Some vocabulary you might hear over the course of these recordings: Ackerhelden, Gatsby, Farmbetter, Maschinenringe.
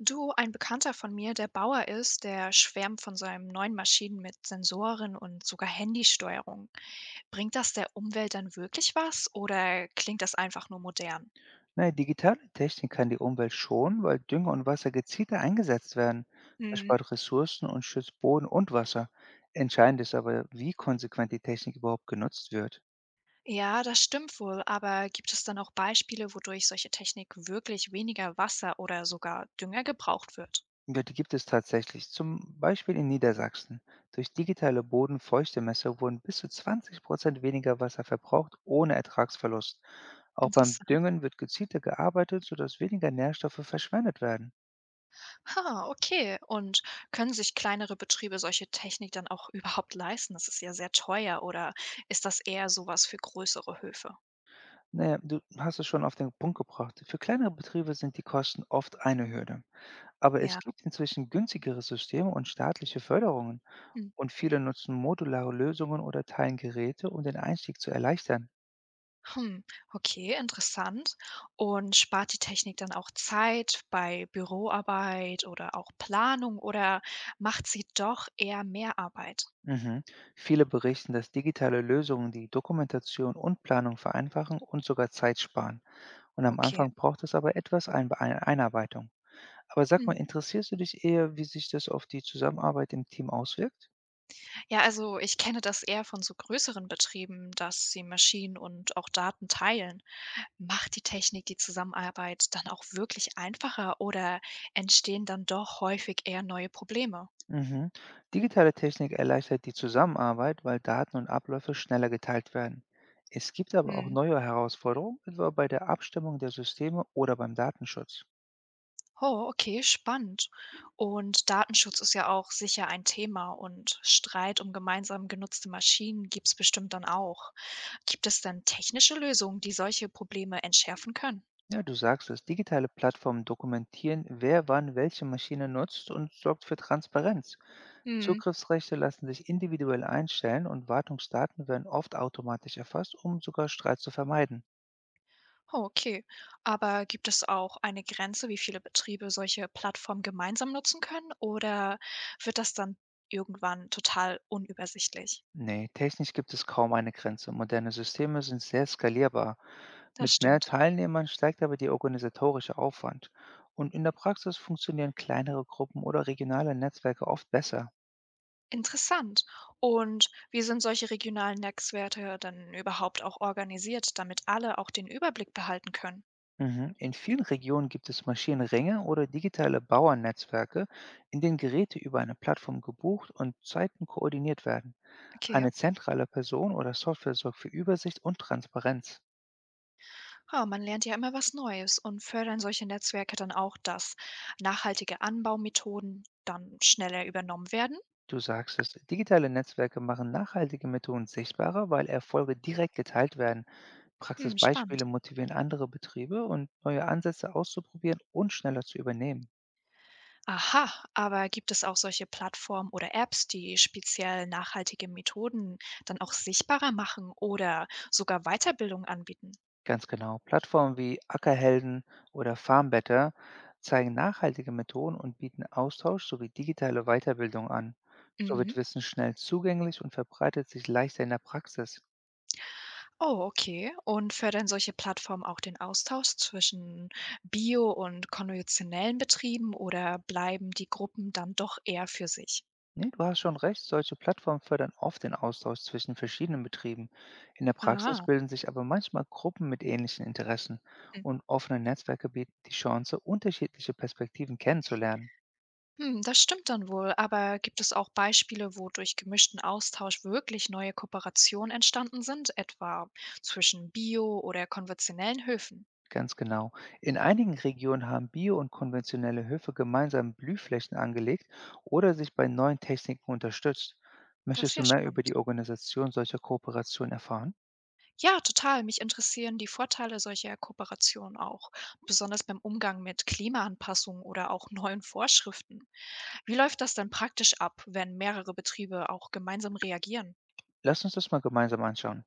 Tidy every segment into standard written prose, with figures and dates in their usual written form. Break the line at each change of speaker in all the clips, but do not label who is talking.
Du, ein Bekannter von mir, der Bauer ist, der schwärmt von seinen neuen Maschinen mit Sensoren und sogar Handysteuerung. Bringt das der Umwelt dann wirklich was oder klingt das einfach nur modern?
Na ja, digitale Technik kann die Umwelt schonen, weil Dünger und Wasser gezielter eingesetzt werden. Das
Mhm.
spart Ressourcen und schützt Boden und Wasser. Entscheidend ist aber, wie konsequent die Technik überhaupt genutzt wird.
Ja, das stimmt wohl, aber gibt es dann auch Beispiele, wodurch solche Technik wirklich weniger Wasser oder sogar Dünger gebraucht wird?
Ja, die gibt es tatsächlich. Zum Beispiel in Niedersachsen. Durch digitale Bodenfeuchtemesser wurden bis zu 20% weniger Wasser verbraucht, ohne Ertragsverlust. Auch beim
Interessant.
Düngen wird gezielter gearbeitet, sodass weniger Nährstoffe verschwendet werden.
Ha, okay. Und können sich kleinere Betriebe solche Technik dann auch überhaupt leisten? Das ist ja sehr teuer oder ist das eher sowas für größere Höfe?
Naja, du hast es schon auf den Punkt gebracht. Für kleinere Betriebe sind die Kosten oft eine Hürde. Aber es
Ja.
gibt inzwischen günstigere Systeme und staatliche Förderungen.
Hm.
Und viele nutzen modulare Lösungen oder teilen Geräte, um den Einstieg zu erleichtern.
Hm, okay, interessant. Und spart die Technik dann auch Zeit bei Büroarbeit oder auch Planung oder macht sie doch eher mehr Arbeit?
Mhm. Viele berichten, dass digitale Lösungen die Dokumentation und Planung vereinfachen und sogar Zeit sparen. Und am
Okay.
Anfang braucht es aber etwas Einarbeitung. Aber sag
Hm.
mal, interessierst du dich eher, wie sich das auf die Zusammenarbeit im Team auswirkt?
Ja, also ich kenne das eher von so größeren Betrieben, dass sie Maschinen und auch Daten teilen. Macht die Technik die Zusammenarbeit dann auch wirklich einfacher oder entstehen dann doch häufig eher neue Probleme?
Mhm. Digitale Technik erleichtert die Zusammenarbeit, weil Daten und Abläufe schneller geteilt werden. Es gibt aber auch
Hm.
neue Herausforderungen, etwa bei der Abstimmung der Systeme oder beim Datenschutz.
Oh, okay, spannend. Und Datenschutz ist ja auch sicher ein Thema und Streit um gemeinsam genutzte Maschinen gibt es bestimmt dann auch. Gibt es denn technische Lösungen, die solche Probleme entschärfen können?
Ja, du sagst es, digitale Plattformen dokumentieren, wer wann welche Maschine nutzt und sorgt für Transparenz.
Hm.
Zugriffsrechte lassen sich individuell einstellen und Wartungsdaten werden oft automatisch erfasst, um sogar Streit zu vermeiden.
Oh, okay. Aber gibt es auch eine Grenze, wie viele Betriebe solche Plattformen gemeinsam nutzen können? Oder wird das dann irgendwann total unübersichtlich?
Ne, technisch gibt es kaum eine Grenze. Moderne Systeme sind sehr skalierbar.
Das
Mit mehr
stimmt.
Teilnehmern steigt aber der organisatorische Aufwand. Und in der Praxis funktionieren kleinere Gruppen oder regionale Netzwerke oft besser.
Interessant. Und wie sind solche regionalen Netzwerke dann überhaupt auch organisiert, damit alle auch den Überblick behalten können?
Mhm. In vielen Regionen gibt es Maschinenringe oder digitale Bauernnetzwerke, in denen Geräte über eine Plattform gebucht und Zeiten koordiniert werden.
Okay.
Eine zentrale Person oder Software sorgt für Übersicht und Transparenz.
Ah, man lernt ja immer was Neues und fördern solche Netzwerke dann auch, dass nachhaltige Anbaumethoden dann schneller übernommen werden?
Du sagst es, digitale Netzwerke machen nachhaltige Methoden sichtbarer, weil Erfolge direkt geteilt werden.
Hm, spannend.
Praxisbeispiele motivieren andere Betriebe und neue Ansätze auszuprobieren und schneller zu übernehmen.
Aha, aber gibt es auch solche Plattformen oder Apps, die speziell nachhaltige Methoden dann auch sichtbarer machen oder sogar Weiterbildung anbieten?
Ganz genau. Plattformen wie Ackerhelden oder Farmbetter zeigen nachhaltige Methoden und bieten Austausch sowie digitale Weiterbildung an. So wird
Mhm.
Wissen schnell zugänglich und verbreitet sich leichter in der Praxis.
Oh, okay. Und fördern solche Plattformen auch den Austausch zwischen Bio- und konventionellen Betrieben oder bleiben die Gruppen dann doch eher für sich?
Nee, du hast schon recht, solche Plattformen fördern oft den Austausch zwischen verschiedenen Betrieben. In der
Ah.
Praxis bilden sich aber manchmal Gruppen mit ähnlichen Interessen
Hm.
und offene Netzwerke bieten die Chance, unterschiedliche Perspektiven kennenzulernen.
Hm, das stimmt dann wohl. Aber gibt es auch Beispiele, wo durch gemischten Austausch wirklich neue Kooperationen entstanden sind, etwa zwischen Bio- oder konventionellen Höfen?
Ganz genau. In einigen Regionen haben Bio- und konventionelle Höfe gemeinsam Blühflächen angelegt oder sich bei neuen Techniken unterstützt.
Das ist
Möchtest du
ja
mehr über
spannend.
die Organisation solcher Kooperationen erfahren?
Ja, total. Mich interessieren die Vorteile solcher Kooperationen auch, besonders beim Umgang mit Klimaanpassung oder auch neuen Vorschriften. Wie läuft das dann praktisch ab, wenn mehrere Betriebe auch gemeinsam reagieren?
Lass uns das mal gemeinsam anschauen.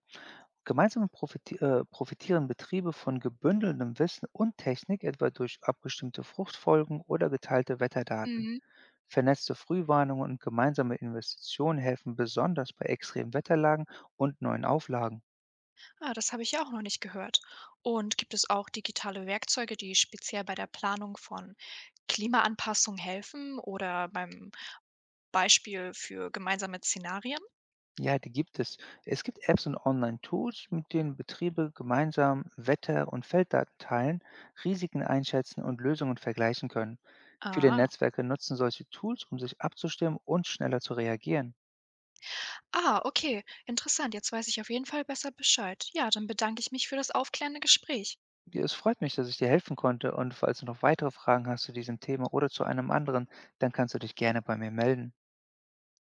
Gemeinsam profitieren Betriebe von gebündeltem Wissen und Technik, etwa durch abgestimmte Fruchtfolgen oder geteilte Wetterdaten.
Mhm.
Vernetzte Frühwarnungen und gemeinsame Investitionen helfen besonders bei extremen Wetterlagen und neuen Auflagen.
Ah, das habe ich ja auch noch nicht gehört. Und gibt es auch digitale Werkzeuge, die speziell bei der Planung von Klimaanpassung helfen oder beim Beispiel für gemeinsame Szenarien?
Ja, die gibt es. Es gibt Apps und Online-Tools, mit denen Betriebe gemeinsam Wetter- und Felddaten teilen, Risiken einschätzen und Lösungen vergleichen können. Viele
Ah.
Netzwerke nutzen solche Tools, um sich abzustimmen und schneller zu reagieren.
Ah, okay. Interessant. Jetzt weiß ich auf jeden Fall besser Bescheid. Ja, dann bedanke ich mich für das aufklärende Gespräch.
Ja, es freut mich, dass ich dir helfen konnte, und falls du noch weitere Fragen hast zu diesem Thema oder zu einem anderen, dann kannst du dich gerne bei mir melden.